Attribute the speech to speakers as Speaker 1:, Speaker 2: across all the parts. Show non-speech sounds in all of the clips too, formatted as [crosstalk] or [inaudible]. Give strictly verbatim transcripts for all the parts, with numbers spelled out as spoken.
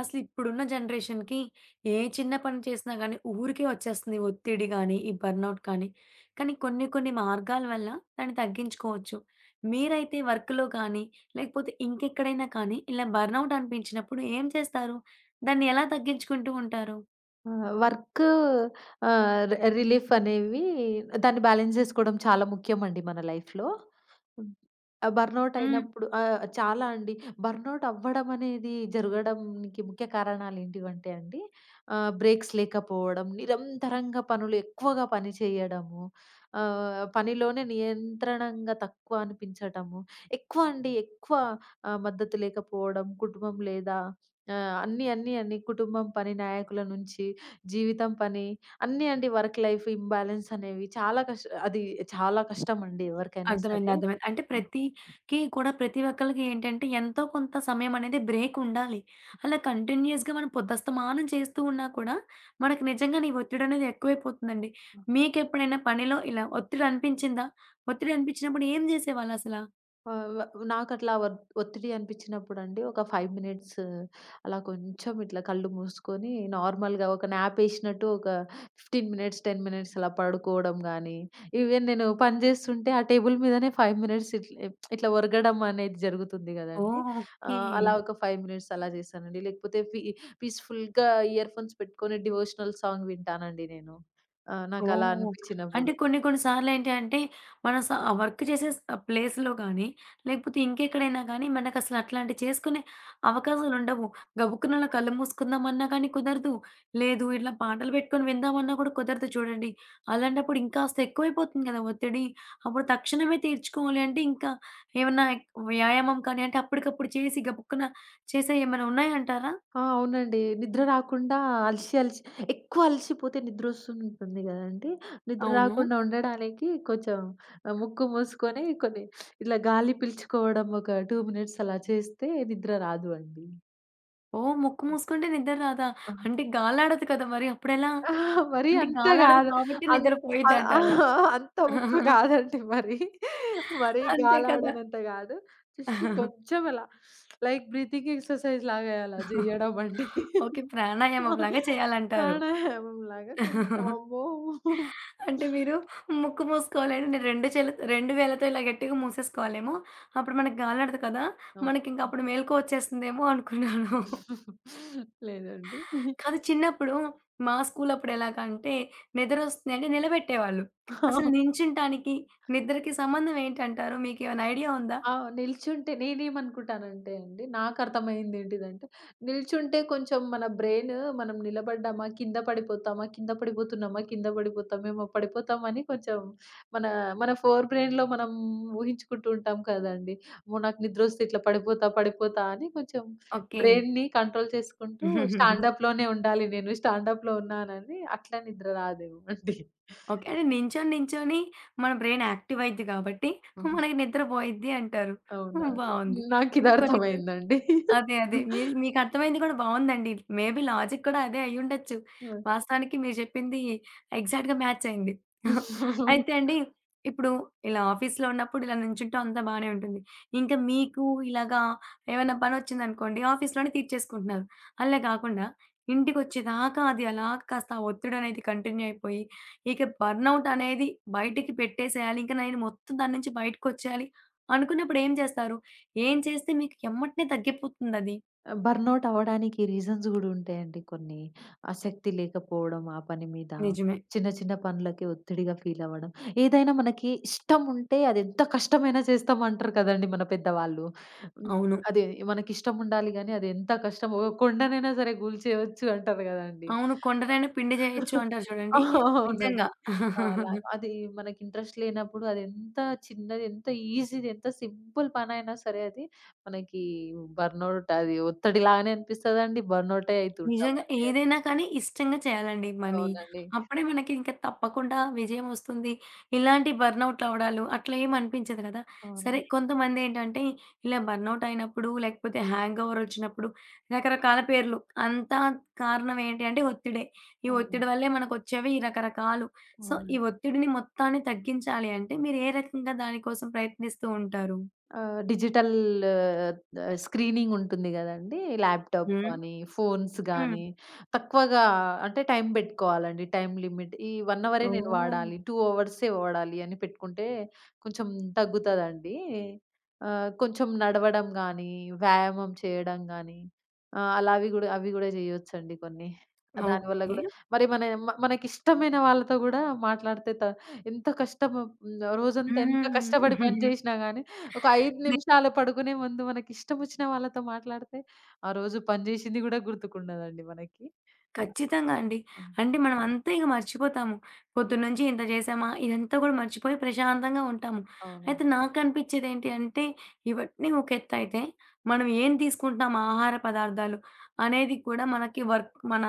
Speaker 1: అసలిప్పుడున్న జనరేషన్‌కి ఏ చిన్న పని చేసినా గాని ఊరికే వచ్చేస్తుంది. ఒత్తిడి గాని, ఈ బర్న్‌ఔట్ కానీ. కానీ కొన్ని కొన్ని మార్గాల వల్ల దాన్ని తగ్గించుకోవచ్చు. మీరైతే వర్క్‌లో కానీ, లేకపోతే ఇంకెక్కడైనా కానీ ఇలా బర్న్‌ఔట్ అనిపించినప్పుడు ఏం చేస్తారు? దాన్ని ఎలా తగ్గించుకుంటూ ఉంటారు?
Speaker 2: ఆ! వర్కు ఆహ్, రి రిలీఫ్ అనేవి దాన్ని బ్యాలెన్స్ జేసుకోవడం చాలా ముఖ్యమండి మన లైఫ్‌లో. హ్మ్. ఆ బర్నౌట్
Speaker 1: హ్మ్.
Speaker 2: అయినప్పుడు ఆహ్, చాలా అండి. బర్నౌట్ అవ్వడం అనేది జరగడానికి ముఖ్య కారణాలేంటివంటే అండి, ఆహ్, బ్రేక్స్ లేకపోవడం, నిరంతరంగా పనులు ఎక్కువగా పని చేయడము, ఆహ్, పనిలోనే నియంత్రణంగా తక్కువ అనిపించటము, ఎక్కువ అండి ఎక్కువ ఆహ్, మద్దతు లేకపోవడం, కుటుంబం లేదా ఆహ్, అన్నీ, అన్నీ, అన్నీ కుటుంబం పని నాయకుల నుంచి జీవితం పని అన్నీ అండి. వర్క్ లైఫ్ ఇంబాలన్స్ అనేవి చాలా కష్ అది చాలా కష్టమండి ఎవరికైనా
Speaker 1: అర్థమైంది,
Speaker 2: సరే.
Speaker 1: అర్థమైంది. అంటే
Speaker 2: ఆ!
Speaker 1: ప్రతికి కూడా ప్రతి ఒక్కళ్ళకి ఏంటంటే ఎంతో కొంత సమయం అనేది బ్రేక్ ఉండాలి. అలా కంటిన్యూయస్‌గా మనం పొద్దస్తమానం చేస్తూ ఉన్నా కూడా మనకు నిజంగానే ఈ ఒత్తిడనేది ఎక్కువైపోతుందండి. మీకెప్పుడైనా పనిలో ఇలా ఒత్తిడి అనిపించిందా? ఒత్తిడి అనిపించినప్పుడు ఏం జేసేవాళ్ళసలా?
Speaker 2: ఆహ్, వ నాకట్లా వద్ ఒత్తిడి అనిపించినప్పుడండి, ఒక ఐదు మినిట్స్ అలా కొంచెం ఇట్లా కళ్ళు మూసుకొని నార్మల్‌గా ఒక న్యాపేసినట్టు ఒక పదిహేను మినిట్స్, పది మినిట్స్ అలా పడుకోవడం గానీ, ఈవెన్ నేను పని జేస్తుంటే ఆ టేబుల్ మీదనే ఐదు మినిట్స్ ఇట్లా ఇట్లా ఒరగడం అనేది జరుగుతుంది గదండీ!
Speaker 1: ఓహ్, ఓకే.
Speaker 2: ఆహ్, అలా ఒక ఐదు మినిట్స్ అలా చేశానండి. లేకపోతే పీ పీస్‌ఫుల్‌గా ఇయర్ ఫోన్స్ పెట్టుకొని డివోషనల్ సాంగ్ వింటానండి నేను. ఆహ్, నాకలా
Speaker 1: ఓహ్, అంటే
Speaker 2: అనిపించినప్పుడు.
Speaker 1: కొన్ని కొన్ని సార్లేంటి అంటే, మన స వర్క్ చేసే స్ ప్లేస్‌లో గానీ, లేకపోతే ఇంకెక్కడైనా గానీ, మనకసలు అట్లాంటివి చేసుకునే అవకాశాలుండవు. గబుక్కున అలా కళ్ళు మూసుకుందామన్నా కానీ కుదరదు. లేదు ఇట్లా పాటలు పెట్టుకొని విందామన్నా కూడా కుదరదు చూడండి. అలాంటప్పుడు ఇంకాస్త ఎక్కువైపోతుంది కదా ఒత్తిడి. అప్పుడు తక్షణమే తీర్చుకోవాలి అంటే, ఇంకా ఏమన్నా ఎక్
Speaker 2: వ్యాయామం?
Speaker 1: వ్యాయామం కానీ అంటే, అప్పటికప్పుడు చేసి గబుక్కున చేసేయి ఏమైనా ఉన్నాయంటారా?
Speaker 2: ఆ, అవునండి. నిద్ర రాకుండా అలిసి, అలిసి ఎక్కువ అలిసిపోతే నిద్రొస్తుంటుంది గదండీ! నిద్ర
Speaker 1: అవును.
Speaker 2: రాకుండా ఉండడానికి కొంచెం ఆహ్, ముక్కు మూసుకొని కొన్ని ఇలా గాలి పీల్చుకోవడం ఒక రెండు మినిట్స్ అలా చేస్తే నిద్ర రాదు అండి.
Speaker 1: ఓహ్, ముక్కు మూసుకుంటే నిద్ర రాదా?
Speaker 2: ఆ!
Speaker 1: అంటే గాలాడదు కదా! మరి అప్పుడెలా?
Speaker 2: అహా! మరి
Speaker 1: అంటే
Speaker 2: అంత
Speaker 1: గాలాడదు
Speaker 2: గాదు.
Speaker 1: కాబట్టి
Speaker 2: అంత ఆహ్,
Speaker 1: నిద్రపోయిద్దంటారా?
Speaker 2: అహా! అంత ఉప్పు కాదండి మరి. మరీ
Speaker 1: అంతే కదా!
Speaker 2: గాలాడనంత గాదు. జస్ట్ కొంచెం అలా లైక్ బ్రీతింగ్ ఎక్సర్‌సైజ్ లాగా అలా జేయడం అండి.
Speaker 1: ఓకే. ప్రాణాయామంలాగా చేయాలంటారు.
Speaker 2: ప్రాణాయామంలాగా కొంచెం అమ్మో!
Speaker 1: అంటే మీరు ముక్కు మూసుకోవాలంటే నేను రెండు చేల రెండు వేళ్ళతో ఇలా గట్టిగా మూసేసుకోవాలేమో! అప్పుడు మనకు గాలాడదు కదా! మనకింక
Speaker 2: అవును.
Speaker 1: అప్పుడు మెలుకువ వచ్చేస్తుందేమో అనుకున్నాను.
Speaker 2: [laughs] లేదండి.
Speaker 1: కాదు, చిన్నప్పుడు మా స్కూలప్పుడు ఎలాగంటే నిద్రొస్తుందంటే నిలబెట్టేవాళ్ళు. అసలు నించుంటానికి, నిద్రకి సంబంధం ఏంటంటారు? మీకేమైనా ఐడియా ఉందా?
Speaker 2: ఆ! నిల్చుంటే నేనేమనుకుంటానంటే అండి, నాకర్థమైందేంటిదంటే, నిల్చుంటే కొంచెం మన బ్రెయిన్ మనం నిలబడ్డామా, కింద పడిపోతామా, కింద పడిపోతున్నామా, కింద పడిపోతామేమో, పడిపోతామని కొంచెం మన మన ఫోర్ బ్రెయిన్‌లో మనం ఊహించుకుంటూ ఉంటాం కదండీ! అమ్మో! నాకు నిద్రొస్తే ఇట్లా పడిపోతా, పడిపోతా అని కొంచెం బ్రెయిన్‌ని కంట్రోల్ చేసుకుంటూ
Speaker 1: ఓకే.
Speaker 2: స్టాండప్‌లోనే ఉండాలి నేను, స్టాండప్‌లో ఉన్నానని అట్లా నిద్ర రాదేమో అండి.
Speaker 1: ఓకే. అంటే నించొని, నించొని మన బ్రెయిన్ యాక్టివ్ అయిద్ది కాబట్టి
Speaker 2: అవును.
Speaker 1: మనకి నిద్ర పోయిద్ది అంటారు. హ్మ్.
Speaker 2: అవునండి.
Speaker 1: బావుంది. అంటే కొన్ని కొ
Speaker 2: నాకిదర్థమైందండి.
Speaker 1: అదే, అదే. మీ మీకర్థమైంది కూడా బావుందండి. మే బీ లాజిక్ కూడా అదే అయ్యుండొచ్చు.
Speaker 2: ఆ!
Speaker 1: వాస్తవానికి మీరు చెప్పింది ఎగ్జాక్ట్‌గా మ్యాచ్ అయింది. అయితే
Speaker 2: [laughs]
Speaker 1: అండి, ఇప్పుడు ఇలా ఆఫీస్‌లో ఉన్నప్పుడు ఇలా నుంచుంటే అంతా బానే ఉంటుంది. ఇంకా మీకు ఇలాగా ఏమైనా పనొచ్చిందనుకోండి, ఆఫీస్‌లోనే తీర్చేసుకుంటున్నారు. అలా కాకుండా ఇంటికొచ్చేదాకా అది అలా కాస్త ఆ ఒత్తిడనేది కంటిన్యూ అయిపోయి ఇక బర్నౌట్ అనేది బయటికి పెట్టేసేయాలి. ఇంక నేను మొత్తం దాని నుంచి బయటకొచ్చేయాలి అనుకున్నప్పుడు ఏం చేస్తారు? ఏం చేస్తే మీకు ఎమ్మటనే తగ్గిపోతుందది.
Speaker 2: ఆహ్, బర్న్‌ఔట్ అవ్వడానికి రీజన్స్ గూడా ఉంటాయండి కొన్ని. ఆసక్తి లేకపోవడం ఆ పని మీద,
Speaker 1: నిజమే.
Speaker 2: చిన్న చిన్న పనులకి ఒత్తిడిగా ఫీల్ అవ్వడం. ఏదైనా మనకి ఇష్టం ఉంటే అది ఎంత కష్టమైనా చేస్తాం అంటారు కదండీ మన పెద్దవాళ్ళు. హ్మ్.
Speaker 1: అవును.
Speaker 2: అదే, మనకి ఇష్టం ఉండాలి గానీ అది ఎంత కష్టమో, ఒక కొండనైనా సరే కూల్చేయొచ్చు అంటారు గదండీ.
Speaker 1: అవును.
Speaker 2: ఆ!
Speaker 1: కొండనైనా పిండి జేయొచ్చు అంటారు
Speaker 2: [laughs]
Speaker 1: చూడండి. నిజంగా.
Speaker 2: అవునండి. అలా అది మనకి ఇంట్రెస్ట్ లేనప్పుడు అది ఎంత చిన్నది, ఎంత ఈజీది, ఎంత సింపుల్ పనైనా సరే అది మనకి బర్న్‌ఔట్ అది ఒత్తిడిలాగానే అనిపిస్తదండి. బర్న్‌ఔటే
Speaker 1: నిజంగా
Speaker 2: అయితుంటామండి అది.
Speaker 1: ఏదైనా కానీ ఇష్టంగా చేయాలండి మనీ.
Speaker 2: అవునండి.
Speaker 1: అప్పుడే మనకి ఇంకా తప్పకుండా విజయం వస్తుంది. ఇలాంటి బర్న్‌ఔట్ అవ్వడాలు అట్లా ఏమి అనిపించదు కదా! సరే,
Speaker 2: అవును.
Speaker 1: కొంతమందేంటంటే ఇలా బర్న్‌ఔట్ అయినప్పుడు లేకపోతే హ్యాంగోవర్ వచ్చినప్పుడు రకరకాల పేర్లు. అంతా కారణం ఏంటి అంటే ఒత్తిడే. ఈ
Speaker 2: అవును.
Speaker 1: ఒత్తిడి వల్లే మనకొచ్చేవి రకరకాలు. సో, ఈ
Speaker 2: అవునండి.
Speaker 1: ఒత్తిడిని మొత్తాన్ని తగ్గించాలి అంటే మీరు ఏ రకంగా దానికోసం ప్రయత్నిస్తూ ఉంటారు?
Speaker 2: ఆహ్, డిజిటల్ ఆహ్, స్క్రీనింగ్ ఉంటుంది గదండీ! ల్యాప్‌టాప్
Speaker 1: హ్మ్.
Speaker 2: కానీ, ఫోన్స్
Speaker 1: హ్మ్.
Speaker 2: గానీ, తక్కువగా అంటే టైం బెట్టుకోవాలండి. Time limit. ఈ ఒక అవరే నేను
Speaker 1: ఓహ్,
Speaker 2: వాడాలి, రెండు అవర్సే వాడాలి అని పెట్టుకుంటే కొంచెం తగ్గుతదండి. ఆహ్, కొంచెం నడవడం గానీ, వ్యాయామం చేయడం గానీ, ఆహ్, అలా అవి గూడా అవి గూడా జేయొచ్చండి కొన్ని. దానివల్ల
Speaker 1: ఓకే.
Speaker 2: గూడా మరి మన మ మనకిష్టమైన వాళ్ళతో గూడా మాట్లాడితే త ఎంత కష్టం. హ్మ్. రోజంతా ఎంత
Speaker 1: హ్మ్.
Speaker 2: కష్టపడి పని
Speaker 1: [laughs]
Speaker 2: జేషినా గానీ ఒక ఐదు నిమిషాలు పడుకునే ముందు మనకిష్టమొచ్చిన వాళ్ళతో మాట్లాడితే, ఆ రోజు పని జేసింది గూడా గుర్తుకుండదండి మనకి.
Speaker 1: ఖచ్చితంగా అండి.
Speaker 2: అవును.
Speaker 1: అంటే మనం అంతా ఇక మర్చిపోతాము. పొద్దున్నుంచి ఇంత చేశామా? ఇదంతా కూడా మర్చిపోయి ప్రశాంతంగా ఉంటాము.
Speaker 2: అవునండి.
Speaker 1: అయితే నాకనిపించేదేంటి అంటే, ఇవన్నీ ఒక ఎత్తయితే, మనం ఏం తీసుకుంటున్నాం ఆహార పదార్థాలు అనేది కూడా మనకి వర్క్ మన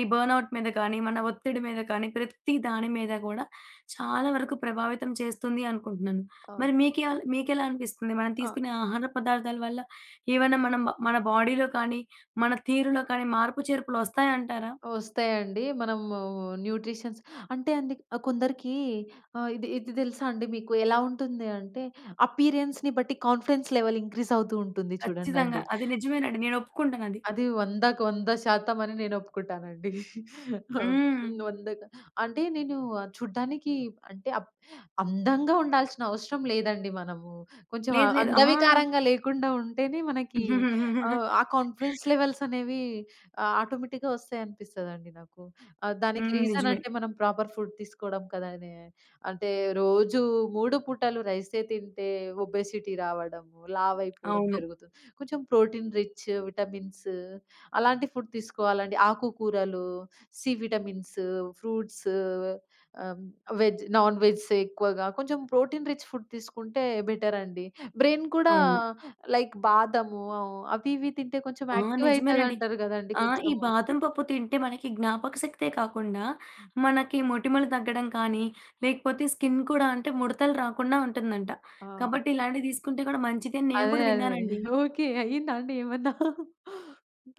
Speaker 1: ఈ బర్న్‌ఔట్ మీద కానీ, మన ఒత్తిడి మీద కానీ, ప్రతి దాని మీద కూడా చాలా వరకు ప్రభావితం చేస్తుంది అనుకుంటున్నాను.
Speaker 2: అవును.
Speaker 1: మరి మీకేల్ మీకెలా అనిపిస్తుంది? మనం
Speaker 2: ఆ!
Speaker 1: తీసుకునే ఆహార పదార్థాల వల్ల ఏవైనా మనం మన బాడీలో కానీ, మన తీరులో కానీ మార్పు చేర్పులు ఒస్తాయంటారా?
Speaker 2: ఒస్తాయండి. మనము న్యూట్రిషన్స్ అంటే అండి ఆహ్, కొందరికి ఆహ్, ఇది ఇది తెలుసా అండి మీకు? ఎలా ఉంటుంది అంటే, అపియరెన్స్‌ని బట్టి కాన్ఫిడెన్స్ లెవెల్ ఇంక్రీజ్ అవుతూ ఉంటుంది
Speaker 1: ఖచ్చితంగా.
Speaker 2: చూడండండి.
Speaker 1: అది నిజమేనండి. నేను ఒప్పుకుంటానది.
Speaker 2: అది 100కి నూరు శాతం అని నేను ఒప్పుకుంటానండి. హ్మ్.
Speaker 1: హ్మ్.
Speaker 2: నూరు అంటే నేను చూడ్డానికి అంటే అప్ అందంగా ఉండాల్సిన అవసరం లేదండి మనము. కొంచెం
Speaker 1: లేదు,
Speaker 2: ఆహ్,
Speaker 1: లేదు. ఆ!
Speaker 2: అందవికారంగా లేకుండా ఉంటేనే మనకి ఆహ్,
Speaker 1: [laughs]
Speaker 2: ఆ కాన్ఫిడెన్స్ లెవెల్స్ అనేవి ఆహ్, ఆటోమేటిక్‌గా వస్తాయనిపిస్తదండి నాకు. ఆహ్, దానికి
Speaker 1: హ్మ్.
Speaker 2: రీజన్
Speaker 1: నిజమే.
Speaker 2: అంటే మనం ప్రాపర్ ఫుడ్ తీసుకోవడం కదండీ. అంటే రోజు మూడు పూటలు రైసే తింటే ఒబెసిటీ రావడము, లావైపోవడం
Speaker 1: అవును.
Speaker 2: జరుగుతుంది. కొంచెం ప్రోటీన్ రిచ్, విటమిన్స్ అలాంటి ఫుడ్ తీసుకోవాలండి. ఆకుకూరలు, సి విటమిన్స్, ఫ్రూట్స్, ఆహ్, వెజ్, నాన్ వెజ్, ఎక్కువగా కొంచెం ప్రోటీన్ రిచ్ ఫుడ్ తీసుకుంటే బెటర్ అండి. బ్రెయిన్ కూడా
Speaker 1: అవును.
Speaker 2: లైక్ బాదము అవి ఇవి తింటే కొంచెం
Speaker 1: ఆ!
Speaker 2: యాక్టివ్
Speaker 1: నిజమేనండి.
Speaker 2: అయితదంటారు గదండీ!
Speaker 1: ఆ! ఈ
Speaker 2: కొంచెము.
Speaker 1: బాదం పప్పు తింటే మనకి జ్ఞాపక శక్తే కాకుండా, మనకి మొటిమలు తగ్గడం కానీ, లేకపోతే స్కిన్ కూడా, అంటే ముడతలు రాకుండా ఉంటుందంట.
Speaker 2: ఆ!
Speaker 1: కాబట్టి ఇలాంటివి తీసుకుంటే కూడా మంచిదని నేను
Speaker 2: అదే
Speaker 1: కూడా
Speaker 2: అదే.
Speaker 1: విన్నానండి.
Speaker 2: ఓకే. అయిందా అండి ఏమన్నా?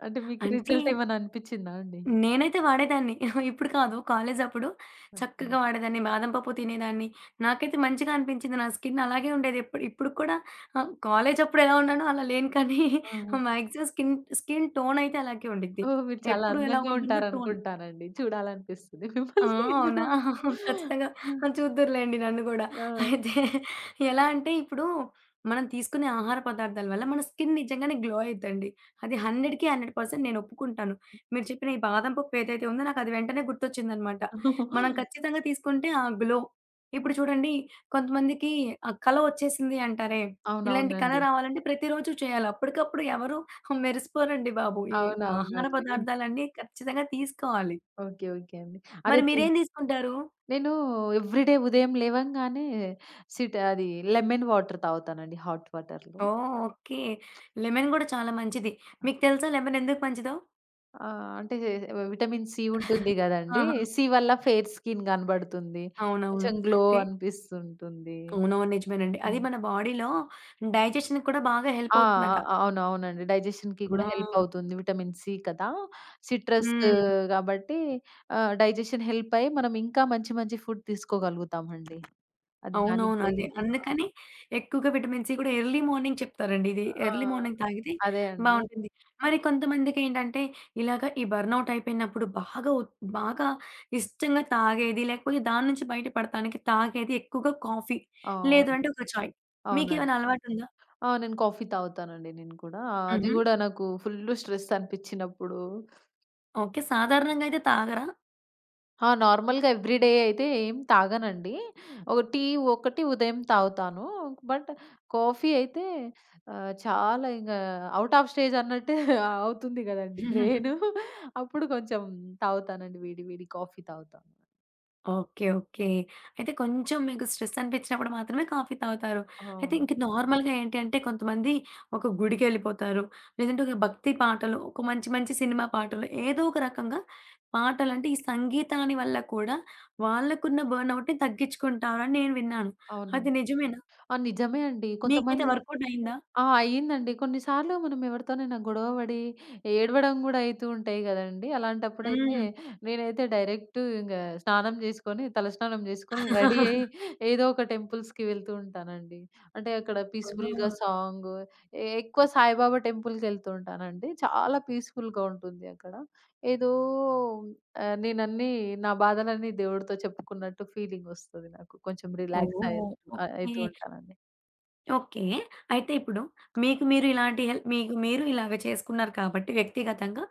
Speaker 2: అంటే మీకు
Speaker 1: అంటే,
Speaker 2: రిజల్ట్ ఏమన్నా అనిపిచ్చిందా అండి?
Speaker 1: నేనైతే వాడేదాన్ని. [laughs] ఇప్పుడు కాదు. కాలేజప్పుడు
Speaker 2: ఓకే.
Speaker 1: చక్కగా వాడేదాన్ని. బాదం పప్పు తినేదాన్ని. నాకైతే మంచిగా అనిపించింది. నా స్కిన్ అలాగే ఉండేది. ఇప్పుడు ఇప్పుడు కూడా ఆహ్, కాలేజప్పుడు ఎలా ఉన్నానో అలా లేను కానీ,
Speaker 2: ఆ!
Speaker 1: [laughs] మాక్సిమం స్కిన్, స్కిన్ టోనయితే అలాగే ఉండిద్ది.
Speaker 2: ఓహ్! మీరు చాలా
Speaker 1: ఎప్పుడు ఎలా
Speaker 2: అందంగా
Speaker 1: ఉంటుందో టోన్.
Speaker 2: ఉంటారనుకుంటానండి. చూడాలనిపిస్తుంది
Speaker 1: ఆ!
Speaker 2: మిమ్మల్ని.
Speaker 1: అవునా? ఖచ్చితంగా. ఆ! చూద్దురులేండి నన్ను గూడా.
Speaker 2: ఆ!
Speaker 1: అయితే, ఎలా అంటే ఇప్పుడు మనం తీసుకునే ఆహార పదార్థాల వల్ల మన స్కిన్ నిజంగానే గ్లో అయిద్దండి. అది వందకి వంద శాతం నేను ఒప్పుకుంటాను. మీరు చెప్పిన ఈ బాదం పప్పు ఏదైతే ఉందో నాకది వెంటనే గుర్తొచ్చిందనమాట. మనం ఖచ్చితంగా తీసుకుంటే ఆ గ్లో ఇప్పుడు చూడండి, కొంతమందికి ఆ కళ ఒచ్చేసింది అంటారే! ఇలాంటి కళ
Speaker 2: అవునవునండి.
Speaker 1: రావాలంటే ప్రతిరోజు చేయాలి. అప్పటికప్పుడు ఎవరు మెరిసిపోరండి బాబు. ఈ ఆహార
Speaker 2: అవునవునండి.
Speaker 1: పదార్థాలన్నీ ఖచ్చితంగా తీసుకోవాలి.
Speaker 2: ఓకే. ఓకే అండి. అదే
Speaker 1: మరి
Speaker 2: తి
Speaker 1: మీరేం తీసుకుంటారు?
Speaker 2: నేను ఎవ్రి డే ఉదయం లేవంగానే సిట్ అది లెమన్ వాటర్ తాగుతానండి హాట్ వాటర్‌లో.
Speaker 1: ఓహ్, ఓకే. లెమన్ గూడా చాలా మంచిది. మీకు తెలుసా లెమన్ ఎందుకు మంచిదో?
Speaker 2: ఆ! అంటే విటమిన్ సి ఉంటుంది గదండీ!
Speaker 1: ఆహా!
Speaker 2: సి వల్ల ఫెయిర్ స్కిన్ కనబడుతుంది.
Speaker 1: అవునవును.
Speaker 2: కొంచెం గ్లో
Speaker 1: ఫే
Speaker 2: అనిపిస్తుంటుంది.
Speaker 1: అవునవును. నిజమేనండి. అది మన బాడీలో డైజెషన్‌కి కూడా బాగా హెల్ప్
Speaker 2: ఆ!
Speaker 1: అవుతుందట.
Speaker 2: ఆ! అవును. అవునండి. డైజెషన్‌కి గూడా
Speaker 1: ఆ!
Speaker 2: హెల్ప్ అవుతుంది. విటమిన్ సి కదా! సిట్రస్
Speaker 1: హ్మ్.
Speaker 2: గాబట్టి ఆహ్, డైజెషన్ హెల్ప్ అయ్యి మనం ఇంకా మంచి మంచి ఫుడ్ తీసుకోగలుగుతామండి. అది దానికి
Speaker 1: అవునవును.
Speaker 2: గూడా
Speaker 1: అదే.
Speaker 2: హెల్ప్.
Speaker 1: అందుకని ఎక్కువగా విటమిన్ సి కూడా ఎర్లీ మార్నింగ్ చెప్తారండి. ఇది
Speaker 2: ఆ!
Speaker 1: ఎర్లీ మార్నింగ్ తాగితే
Speaker 2: అదే అండి.
Speaker 1: బావుంటుంది. మరి కొంతమందికేంటంటే ఇలాగ ఈ బర్న్‌ఔట్ అయిపోయినప్పుడు బాగా ఒత్ బాగా ఇష్టంగా తాగేది, లేకపోతే దాని నుంచి బయటపడటానికి తాగేది ఎక్కువగా కాఫీ. లేదు
Speaker 2: అవును.
Speaker 1: అంటే ఒక చాయ్.
Speaker 2: అవునండి.
Speaker 1: మీకేమైనా అలవాటుందా?
Speaker 2: ఆ! నేను కాఫీ తాగుతానండి నేను కూడా. అది
Speaker 1: హుహు.
Speaker 2: గూడా నాకు ఫుల్లు స్ట్రెస్ అనిపిచ్చినప్పుడు.
Speaker 1: ఓకే. సాధారణంగా అయితే తాగరా?
Speaker 2: ఆ! నార్మల్‌గా ఎవ్రీ డే అయితే ఏం తాగనండి. ఒక టీ ఒకటి ఉదయం తాగుతాను. బట్ కాఫీ అయితే ఆహ్, చాలా ఇంగ ఔట్ ఆఫ్ స్టేజ్ అన్నట్టే అవుతుంది గదండీ బ్రెయిను. అప్పుడు కొంచెం తాగుతానండి, వేడి వేడి కాఫీ తాగుతాను.
Speaker 1: ఓకే. ఓకే. అయితే కొంచెం మీకు స్ట్రెస్ అనిపించినప్పుడు మాత్రమే కాఫీ తాగుతారు. అయితే
Speaker 2: అవును.
Speaker 1: ఇంక నార్మల్‌గా ఏంటి అంటే కొంతమంది ఒక గుడికెళ్ళిపోతారు. లేదంటే ఒక భక్తి పాటలు, ఒక మంచి మంచి సినిమా పాటలు ఏదో ఒక రకంగా, పాటలంటే ఈ సంగీతాన్ని వల్ల కూడా వాళ్ళకున్న బర్న్ ఔట్‌ని తగ్గించుకుంటారని నేను విన్నాను. అది
Speaker 2: అవునండి.
Speaker 1: నిజమేనా?
Speaker 2: ఆ! నిజమే అండి.
Speaker 1: మీకైతే
Speaker 2: కొంతమంది.
Speaker 1: వర్కౌట్ అయిందా?
Speaker 2: ఆ! అయిందండి. కొన్ని సార్లు మనం ఎవరితోనైనా గొడవ పడి, ఏడవడం గూడా అయితూ ఉంటాయి గదండీ! అలాంటప్పుడైతే
Speaker 1: హ్మ్.
Speaker 2: నేనైతే డైరెక్ట్ ఇంగ స్నానం జేసుకొని, తలస్నానం జేసుకొని, రెడీ అయ్యి ఏదో ఒక టెంపుల్స్‌కి వెళ్తూ ఉంటానండి. అంటే అక్కడ పీస్‌ఫుల్‌గా
Speaker 1: ఓహ్!
Speaker 2: సాంగు ఎ ఎక్కువ సాయిబాబా టెంపుల్‌కెళ్తూ ఉంటానండి. చాలా పీస్‌ఫుల్‌గా ఉంటుంది అక్కడ. ఏదో ఆహ్, నేనన్నీ నా బాధలన్నీ దేవుడితో చెప్పుకున్నట్టు ఫీలింగొస్తది నాకు. కొంచెం రిలాక్స్ అయి
Speaker 1: ఓహ్,
Speaker 2: ఆహ్,
Speaker 1: ఓకే.
Speaker 2: అయితూ ఉంటానండి.
Speaker 1: ఓకే. అయితే ఇప్పుడు మీకు మీరు ఇలాంటి హెల్ప్ మీకు మీరు ఇలాగ చేసుకున్నారు కాబట్టి వ్యక్తిగతంగా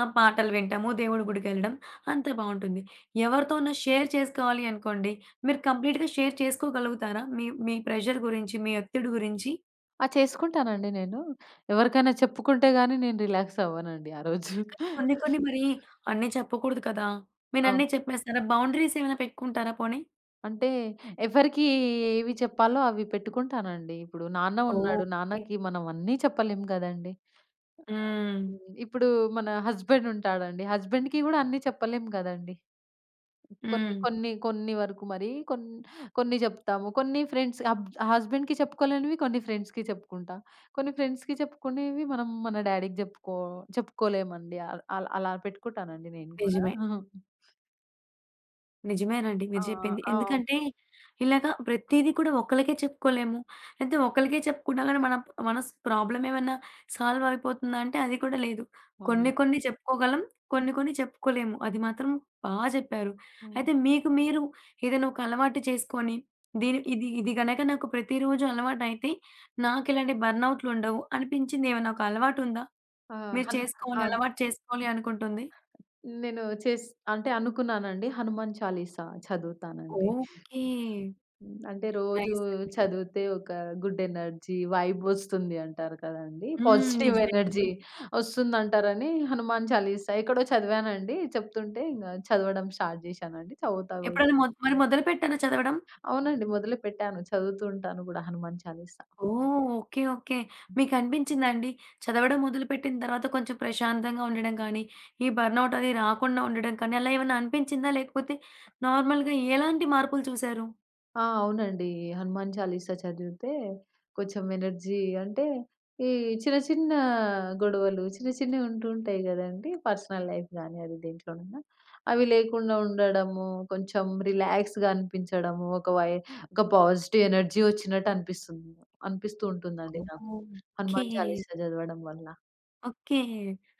Speaker 1: ఆహ్, పాటలు వింటాము, దేవుడి గుడికెళ్ళడం, అంతా బావుంటుంది. ఎవరితోనో షేర్ చేసుకోవాలి అనుకోండి, మీరు కంప్లీట్‌గా షేర్ చేసుకోగలుగుతారా? మీ మీ ప్రెషర్ గురించి, మీ ఒత్తిడి గురించి?
Speaker 2: ఆ! చేసుకుంటానండి నేను. ఎవరికైనా చెప్పుకుంటే గాని నేను రిలాక్స్ అవ్వనండి ఆ రోజు.
Speaker 1: కానీ కొన్ని కొన్ని మరి అన్నీ చెప్పకూడదు కదా! మీరన్నీ
Speaker 2: అవును.
Speaker 1: చెప్పేస్తారా? బౌండరీస్ ఏమైనా పెట్టుకుంటారా పోనీ?
Speaker 2: అంటే ఎవరికి ఏవి చెప్పాలో అవి పెట్టుకుంటానండి. ఇప్పుడు నాన్న ఉన్నాడు,
Speaker 1: ఓకే.
Speaker 2: నాన్నకి మనం అన్నీ చెప్పలేం గదండీ!
Speaker 1: హ్మ్.
Speaker 2: ఇప్పుడు మన హస్బెండ్ ఉంటాడండి, హస్బెండ్‌కి గూడా అన్నీ చెప్పలేం గదండీ! కొన్ని
Speaker 1: హ్మ్.
Speaker 2: కొన్ని కొన్ని వరకు మరి కొన్ కొన్ని చెప్తాము. కొన్ని ఫ్రెండ్స్ అబ్ హస్బెండ్‌కి చెప్పుకోలేనివి కొన్ని ఫ్రెండ్స్‌కి చెప్పుకుంటా. కొన్ని ఫ్రెండ్స్‌కి చెప్పుకునేవి మనం మన డ్యాడీకి చెప్పుకో చెప్పుకోలేమండి. అల్ అల్ అలా పెట్టుకుంటానండి నేను కూడా.
Speaker 1: నిజమే.
Speaker 2: [laughs]
Speaker 1: నిజమేనండి
Speaker 2: ఆ!
Speaker 1: మీరు చెప్పింది.
Speaker 2: ఆ! అవును.
Speaker 1: ఎందుకంటే ఇలాగ ప్రతీది కూడా ఒకళ్ళకే చెప్పుకోలేము. అయితే ఒకళ్ళకే చెప్పుకున్నా గాని మన మన ప్రాబ్లమ్ ఏమన్నా సాల్వ్ అయిపోతుందా అంటే అది కూడా లేదు. కొన్ని
Speaker 2: అవునండి.
Speaker 1: కొన్ని చెప్పుకోగలం. కొన్ని కొన్ని చెప్పుకోలేము. అది మాత్రం బా చెప్పారు.
Speaker 2: హ్మ్.
Speaker 1: అయితే మీకు మీరు ఏదైనా ఒక అలవాటు చేసుకొని దీని ఇది, ఇది గనక నాకు ప్రతిరోజు అలవాటైతే నాకిలాంటి బర్న్‌ఔట్లు ఉండవు అనిపించింది ఏమన్నా ఒక అలవాటు ఉందా?
Speaker 2: ఆ!
Speaker 1: మీరు
Speaker 2: హన్
Speaker 1: చేసుకోవాలి,
Speaker 2: ఆహ్,
Speaker 1: అలవాటు చేసుకోవాలి అనుకుంటుంది?
Speaker 2: నేను చేస్ అంటే అనుకున్నానండి. హనుమాన్ చాలీసా చదువుతానండి.
Speaker 1: ఓకే.
Speaker 2: హ్మ్. అంటే రోజు
Speaker 1: నైస్ అండి.
Speaker 2: చదివితే ఒక గుడ్ ఎనర్జీ వైబ్ వస్తుంది అంటారు కదండీ.
Speaker 1: హ్మ్.
Speaker 2: పాజిటివ్
Speaker 1: నిజమే.
Speaker 2: ఎనర్జీ
Speaker 1: నిజమే.
Speaker 2: వస్తుందంటారని 'హనుమాన్ చాలీసా' ఎక్కడో చదివానండి. చెప్తుంటే ఇంగ చదవడం స్టార్ట్ జేశానండి. చదువుతా గూడా.
Speaker 1: ఎప్పుడైనా మొ మరి మొదలుపెట్టారా చదవడం?
Speaker 2: అవునండి, మొదలుపెట్టాను. చదువుతూ ఉంటాను గూడా 'హనుమాన్ చాలీసా'.
Speaker 1: ఓహ్, ఓకే. ఓకే. మీకనిపించిందా అండి? చదవడం మొదలుపెట్టిన తర్వాత కొంచెం ప్రశాంతంగా ఉండడం కానీ, ఈ బర్న్‌ఔట్ అది రాకుండా ఉండడం కానీ, అలా ఏమన్నా అనిపించిందా? లేకపోతే నార్మల్‌గా ఎలాంటి మార్పులు చూసారు?
Speaker 2: ఆ! అవునండి. హనుమాన్ చాలీసా చదివితే కొంచెం ఎనర్జీ, అంటే ఈ చిన్న చిన్న గొడవలు, చిన్న చిన్నవి ఉంటూ ఉంటాయి గదండీ! పర్సనల్ లైఫ్ గాని అది దేంట్లోనైనా. అవి లేకుండా ఉండడము, కొంచెం రిలాక్స్‌గా అనిపించడము, ఒక వై ఒక పాజిటివ్ ఎనర్జీ వచ్చినట్టు అనిపిస్తుంది. అనిపిస్తూ ఉంటుందండి నాకు.
Speaker 1: ఓకే.
Speaker 2: హనుమాన్ చాలీసా చదవడం వల్ల.
Speaker 1: ఓకే.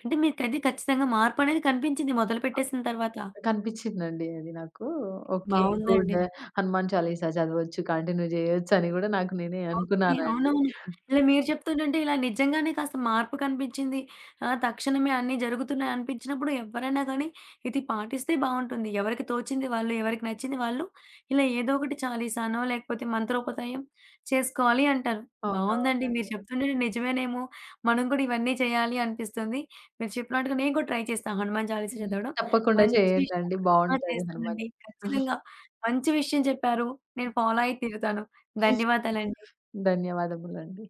Speaker 1: అంటే మీకది ఖచ్చితంగా మార్పనేది కనిపించింది మొదలుపెట్టేసిన తర్వాత.
Speaker 2: కనిపించిందండి అది నాకు. ఓకే.
Speaker 1: బావుందండి.
Speaker 2: గుడ్. హనుమాన్ చాలీసా చదవచ్చు, కంటిన్యూ జేయొచ్చని గూడా నాకు నేనే
Speaker 1: ఓకే.
Speaker 2: అనుకున్నానండి.
Speaker 1: అవునవును. ఇలా మీరు చెప్తుంటుంటే ఇలా నిజంగానే కాస్త మార్పు కనిపించింది. ఆహ్, తక్షణమే అన్నీ జరుగుతున్నాయి అనిపించినప్పుడు ఎవ్వరైనా కానీ ఇది పాటిస్తే బావుంటుంది. ఎవరికి తోచింది వాళ్ళు, ఎవరికి నచ్చింది వాళ్ళు ఇలా ఏదో ఒకటి చాలీసానో లేకపోతే మంత్రోపతాయం చేసుకోవాలి అంటారు. బావుందండి. మీరు
Speaker 2: అవునవునండి.
Speaker 1: చెప్తుంటే నిజమేనేమో! మనం కూడా ఇవన్నీ చేయాలి అనిపిస్తుంది. మీరు చెప్పినట్టుగా నేను కూడా ట్రై చేస్తా హనుమాన్ చాలీసా
Speaker 2: హ్మ్.
Speaker 1: చదవడం.
Speaker 2: తప్పకుండా
Speaker 1: మంచి విషయం.
Speaker 2: చేయండండి.
Speaker 1: ఆ!
Speaker 2: బాగుంటది హనుమాన్.
Speaker 1: చేస్తానండి.
Speaker 2: హ్మ్.
Speaker 1: ఖచ్చితంగా. మంచి విషయం చెప్పారు. నేను ఫాలో అయి తీరుతాను.
Speaker 2: [laughs]
Speaker 1: ధన్యవాదాలండి.
Speaker 2: ధన్యవాదములండి.